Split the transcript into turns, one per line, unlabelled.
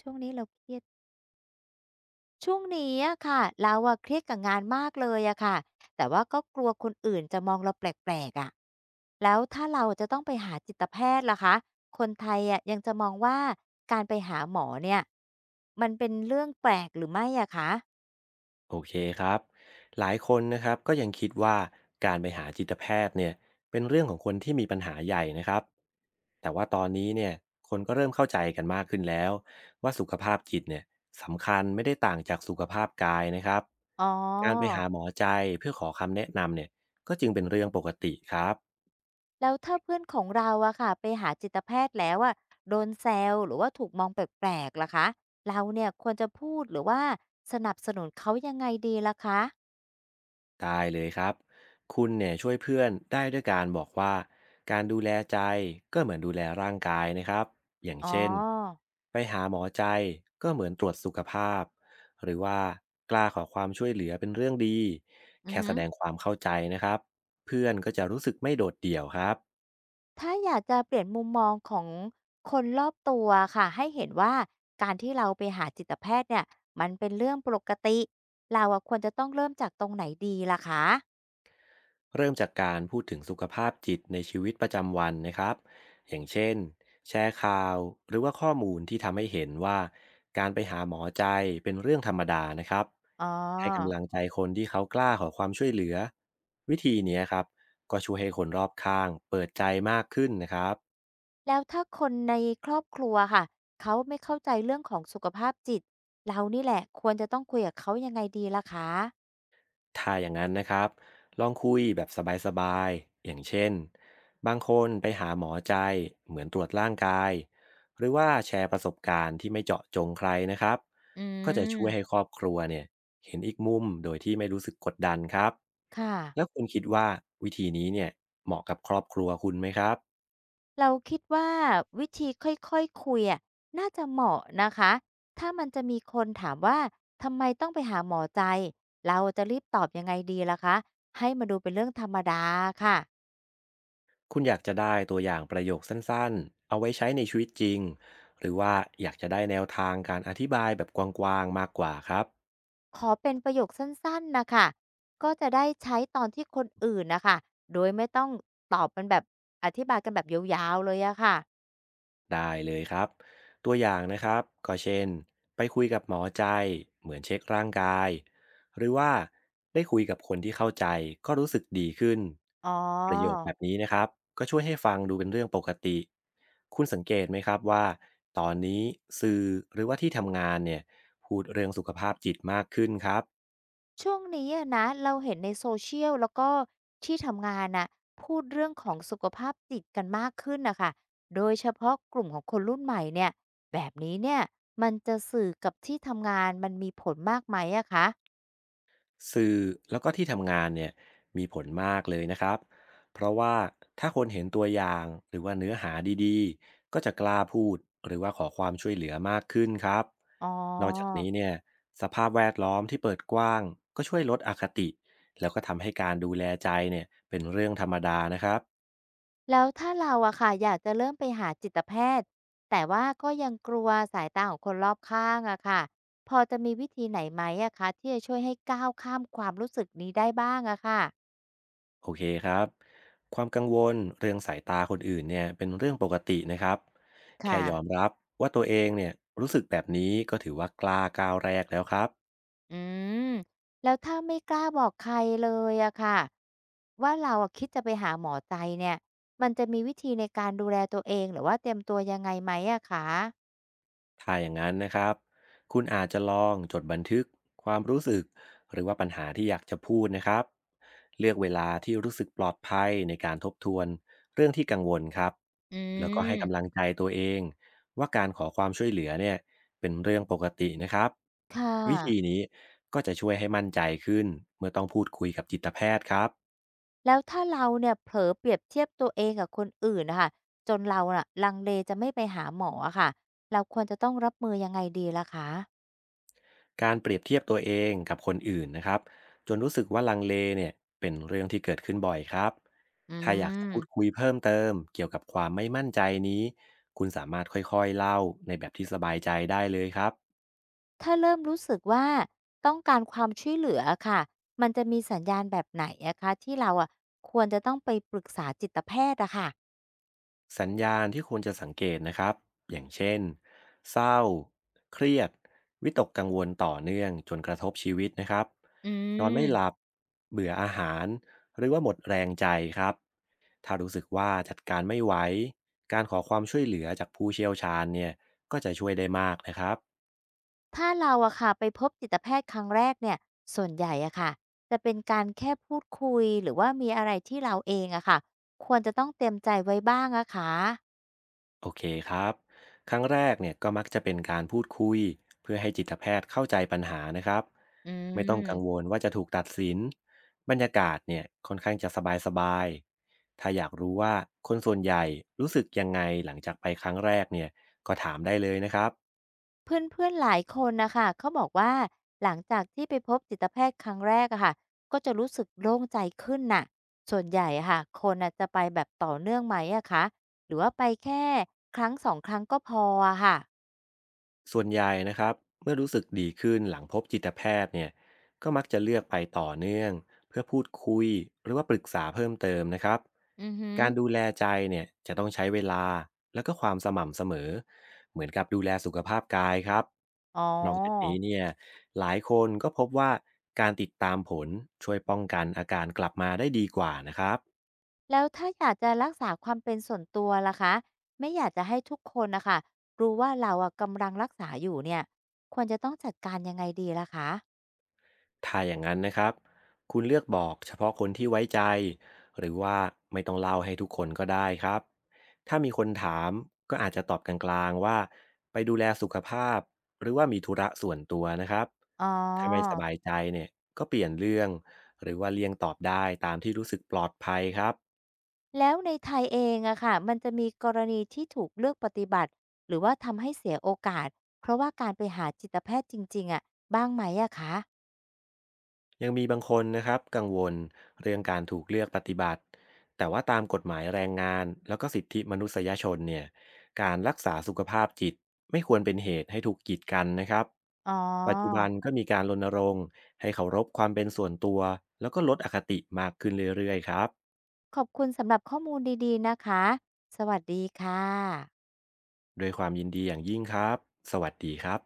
ช่วงนี้เราเครียดช่วงนี้อะค่ะเราอะเครียดกับงานมากเลยอะค่ะแต่ว่าก็กลัวคนอื่นจะมองเราแปลกๆอะแล้วถ้าเราจะต้องไปหาจิตแพทย์ล่ะคะคนไทยอะยังจะมองว่าการไปหาหมอเนี่ยมันเป็นเรื่องแปลกหรือไม่อะคะ
โอเคครับหลายคนนะครับก็ยังคิดว่าการไปหาจิตแพทย์เนี่ยเป็นเรื่องของคนที่มีปัญหาใหญ่นะครับแต่ว่าตอนนี้เนี่ยคนก็เริ่มเข้าใจกันมากขึ้นแล้วว่าสุขภาพจิตเนี่ยสำคัญไม่ได้ต่างจากสุขภาพกายนะครับ
อ๋อ
การไปหาหมอใจเพื่อขอคำแนะนำเนี่ยก็จึงเป็นเรื่องปกติครับ
แล้วถ้าเพื่อนของเราอะค่ะไปหาจิตแพทย์แล้วอะโดนแซวหรือว่าถูกมองแปลกๆล่ะคะเราเนี่ยควรจะพูดหรือว่าสนับสนุนเขายังไงดีล่ะคะ
ได้เลยครับ คุณเนี่ยช่วยเพื่อนได้ด้วยการบอกว่าการดูแลใจก็เหมือนดูแลร่างกายนะครับ อย่าง
อ๋อ
เช่นไปหาหมอใจก็เหมือนตรวจสุขภาพหรือว่ากล้าขอความช่วยเหลือเป็นเรื่องดี
อือ
แค่แส
ฮึ
ดงความเข้าใจนะครับเพื่อนก็จะรู้สึกไม่โดดเดี่ยวครับ
ถ้าอยากจะเปลี่ยนมุมมองของคนรอบตัวค่ะให้เห็นว่าการที่เราไปหาจิตแพทย์เนี่ยมันเป็นเรื่องปกติเราอะควรจะต้องเริ่มจากตรงไหนดีล่ะคะ
เริ่มจากการพูดถึงสุขภาพจิตในชีวิตประจำวันนะครับอย่างเช่นแชร์ข่าวหรือว่าข้อมูลที่ทำให้เห็นว่าการไปหาหมอใจเป็นเรื่องธรรมดานะครับ
อ๋
ให้กำ
อ
ลังใจคนที่เขากล้าขอความช่วยเหลือวิธีเนี้ยครับก็ช่วยให้คนรอบข้างเปิดใจมากขึ้นนะครับ
แล้วถ้าคนในครอบครัวค่ะเขาไม่เข้าใจเรื่องของสุขภาพจิตเรานี่แหละควรจะต้องคุยกับเขายังไงดีล่ะคะ
ถ้าอย่างนั้นนะครับ ลองคุยแบบสบายๆ อย่างเช่นบางคนไปหาหมอใจเหมือนตรวจร่างกาย หรือว่าแชร์ประสบการณ์ที่ไม่เจาะจงใครนะครับ
อื
ก็จะช่วยให้
ม
ครอบครัวเนี่ยเห็นอีกมุมโดยที่ไม่รู้สึกกดดันครับ
ค
แล้ว
่ะ
คุณคิดว่าวิธีนี้เนี่ยเหมาะกับครอบครัวคุณไหมครับ
เราคิดว่าวิธีค่อยๆคุยอะน่าจะเหมาะนะคะถ้ามันจะมีคนถามว่าทำไมต้องไปหาหมอใจเราจะรีบตอบยังไงดีล่ะคะให้มาดูเป็นเรื่องธรรมดาค่ะ
คุณอยากจะได้ตัวอย่างประโยคสั้นๆ เอาไว้ใช้ในชีวิตจริง หรือว่าอยากจะได้แนวทางการอธิบายแบบกว้างๆมากกว่าครับ
ขอเป็นประโยคสั้นๆนะค่ะก็จะได้ใช้ตอนที่คนอื่นนะคะโดยไม่ต้องตอบเป็นแบบอธิบายกันแบบยาวๆเลยอะค่ะ
ได้เลยครับตัวอย่างนะครับก็เช่นไปคุยกับหมอใจเหมือนเช็คร่างกายหรือว่าได้คุยกับคนที่เข้าใจก็รู้สึกดีขึ้น
อ๋อ
ประโยคแบบนี้นะครับก็ช่วยให้ฟังดูเป็นเรื่องปกติคุณสังเกตไหมครับว่าตอนนี้สื่อหรือว่าที่ทำงานเนี่ยพูดเรื่องสุขภาพจิตมากขึ้นครับ
ช่วงนี้อะนะเราเห็นใน Social แล้วก็ที่ทำงานน่ะพูดเรื่องของสุขภาพจิตกันมากขึ้นน่ะค่ะโดยเฉพาะกลุ่มของคนรุ่นใหม่เนี่ยแบบนี้เนี่ยมันจะสื่อกับที่ทำงานมันมีผลมากไหมอะคะ
สื่อแล้วก็ที่ทำงานเนี่ยมีผลมากเลยนะครับเพราะว่าถ้าคนเห็นตัวอย่างหรือว่าเนื้อหาดีๆก็จะกล้าพูดหรือว่าขอความช่วยเหลือมากขึ้นครับ
อ๋อ
นอกจากนี้เนี่ยสภาพแวดล้อมที่เปิดกว้างก็ช่วยลดอคติแล้วก็ทำให้การดูแลใจเนี่ยเป็นเรื่องธรรมดานะครับ
แล้วถ้าเราอะค่ะอยากจะเริ่มไปหาจิตแพทย์แต่ว่าก็ยังกลัวสายตาของคนรอบข้างอะค่ะพอจะมีวิธีไหนไหมอะคะที่จะช่วยให้ก้าวข้ามความรู้สึกนี้ได้บ้างอะค่ะ
โอเคครับความกังวลเรื่องสายตาคนอื่นเนี่ยเป็นเรื่องปกตินะครับแค่
ค่ะ
ยอมรับว่าตัวเองเนี่ยรู้สึกแบบนี้ก็ถือว่ากล้าก้าวแรกแล้วครับ
อืมแล้วถ้าไม่กล้าบอกใครเลยอะค่ะว่าเราอะคิดจะไปหาหมอใจเนี่ยมันจะมีวิธีในการดูแลตัวเองหรือว่าเตรียมตัวยังไงไหมอะคะ
ถ้าอย่างนั้นนะครับคุณอาจจะลองจดบันทึกความรู้สึกหรือว่าปัญหาที่อยากจะพูดนะครับเลือกเวลาที่รู้สึกปลอดภัยในการทบทวนเรื่องที่กังวลครับ
อื
แล้วก็ให้
ม
กำลังใจตัวเองว่าการขอความช่วยเหลือเนี่ยเป็นเรื่องปกตินะครับ
ค่ะ
วิธีนี้ก็จะช่วยให้มั่นใจขึ้นเมื่อต้องพูดคุยกับจิตแพทย์ครับ
แล้วถ้าเราเนี่ยเผลอเปรียบเทียบตัวเองกับคนอื่นนะค่ะจนเราน่ะลังเลจะไม่ไปหาหมออะค่ะเราควรจะต้องรับมือยังไงดีล่ะคะ
การเปรียบเทียบตัวเองกับคนอื่นนะครับจนรู้สึกว่าลังเลเนี่ยเป็นเรื่องที่เกิดขึ้นบ่อยครับ
อื
ถ้าอยากจะพูด
ม
คุยเพิ่มเติมเกี่ยวกับความไม่มั่นใจนี้คุณสามารถค่อยๆเล่าในแบบที่สบายใจได้เลยครับ
ถ้าเริ่มรู้สึกว่าต้องการความช่วยเหลืออะค่ะมันจะมีสัญญาณแบบไหนอะคะที่เราอะควรจะต้องไปปรึกษาจิตแพทย์อะค่ะ
สัญญาณที่ควรจะสังเกตนะครับอย่างเช่นเศร้าเครียดวิตกกังวลต่อเนื่องจนกระทบชีวิตนะครับ
อื
นอนไม่หลับ
ม
เบื่ออาหารหรือว่าหมดแรงใจครับ ถ้ารู้สึกว่าจัดการไม่ไหวการขอความช่วยเหลือจากผู้เชี่ยวชาญเนี่ยก็จะช่วยได้มากนะครับ
ถ้าเราอะค่ะไปพบจิตแพทย์ครั้งแรกเนี่ยส่วนใหญ่อะค่ะจะเป็นการแค่พูดคุยหรือว่ามีอะไรที่เราเองอะค่ะควรจะต้องเตรียมใจไว้บ้างอะคะ
โอเคครับครั้งแรกเนี่ยก็มักจะเป็นการพูดคุยเพื่อให้จิตแพทย์เข้าใจปัญหานะครับ
อื
ไม่ต้องกังว
ม
ลว่าจะถูกตัดสินบรรยากาศเนี่ยค่อนข้างจะสบายๆถ้าอยากรู้ว่าคนส่วนใหญ่รู้สึกยังไงหลังจากไปครั้งแรกเนี่ยก็ถามได้เลยนะครับ
เพื่อนๆหลายคนนะคะเขาบอกว่าหลังจากที่ไปพบจิตแพทย์ครั้งแรกอะค่ะก็จะรู้สึกโล่งใจขึ้นน่ะส่วนใหญ่อะค่ะคนอะจะไปแบบต่อเนื่องไหมอะคะหรือว่าไปแค่ครั้ง2ครั้งก็พออะค่ะ
ส่วนใหญ่นะครับเมื่อรู้สึกดีขึ้นหลังพบจิตแพทย์เนี่ยก็มักจะเลือกไปต่อเนื่องเพื่อพูดคุยหรือว่าปรึกษาเพิ่มเติมนะครับ
อือฮึ
การดู
อ
แลใจเนี่ยจะต้องใช้เวลาแล้วก็ความสม่ำเสมอเหมือนกับดูแลสุขภาพกายครับ
อ๋
นอกจากนี้
อ
เนี่ยหลายคนก็พบว่าการติดตามผลช่วยป้องกันอาการกลับมาได้ดีกว่านะครับ
แล้วถ้าอยากจะรักษาความเป็นส่วนตัวล่ะคะไม่อยากจะให้ทุกคนนะคะรู้ว่าเราอะกำลังรักษาอยู่เนี่ยควรจะต้องจัดการยังไงดีล่ะคะ
ถ้าอย่างนั้นนะครับคุณเลือกบอกเฉพาะคนที่ไว้ใจหรือว่าไม่ต้องเล่าให้ทุกคนก็ได้ครับถ้ามีคนถามก็อาจจะตอบกลางๆว่าไปดูแลสุขภาพหรือว่ามีธุระส่วนตัวนะครับ
อ๋อ
ถ้าไม่สบายใจเนี่ยก็เปลี่ยนเรื่องหรือว่าเลี่ยงตอบได้ตามที่รู้สึกปลอดภัยครับ
แล้วในไทยเองอะค่ะมันจะมีกรณีที่ถูกเลือกปฏิบัติหรือว่าทำให้เสียโอกาสเพราะว่าการไปหาจิตแพทย์จริงๆอะบ้างไหมอะคะ
ยังมีบางคนนะครับกังวลเรื่องการถูกเลือกปฏิบัติแต่ว่าตามกฎหมายแรงงานแล้วก็สิทธิมนุษยชนเนี่ยการรักษาสุขภาพจิตไม่ควรเป็นเหตุให้ถูกกีดกันนะครับ
อ๋อ
ปัจจุบันก็มีการรณรงค์ให้เคารพความเป็นส่วนตัวแล้วก็ลดอคติมากขึ้นเรื่อยๆครับ
ขอบคุณสำหรับข้อมูลดีๆนะคะสวัสดีค่ะ
ด้วยความยินดีอย่างยิ่งครับสวัสดีครับ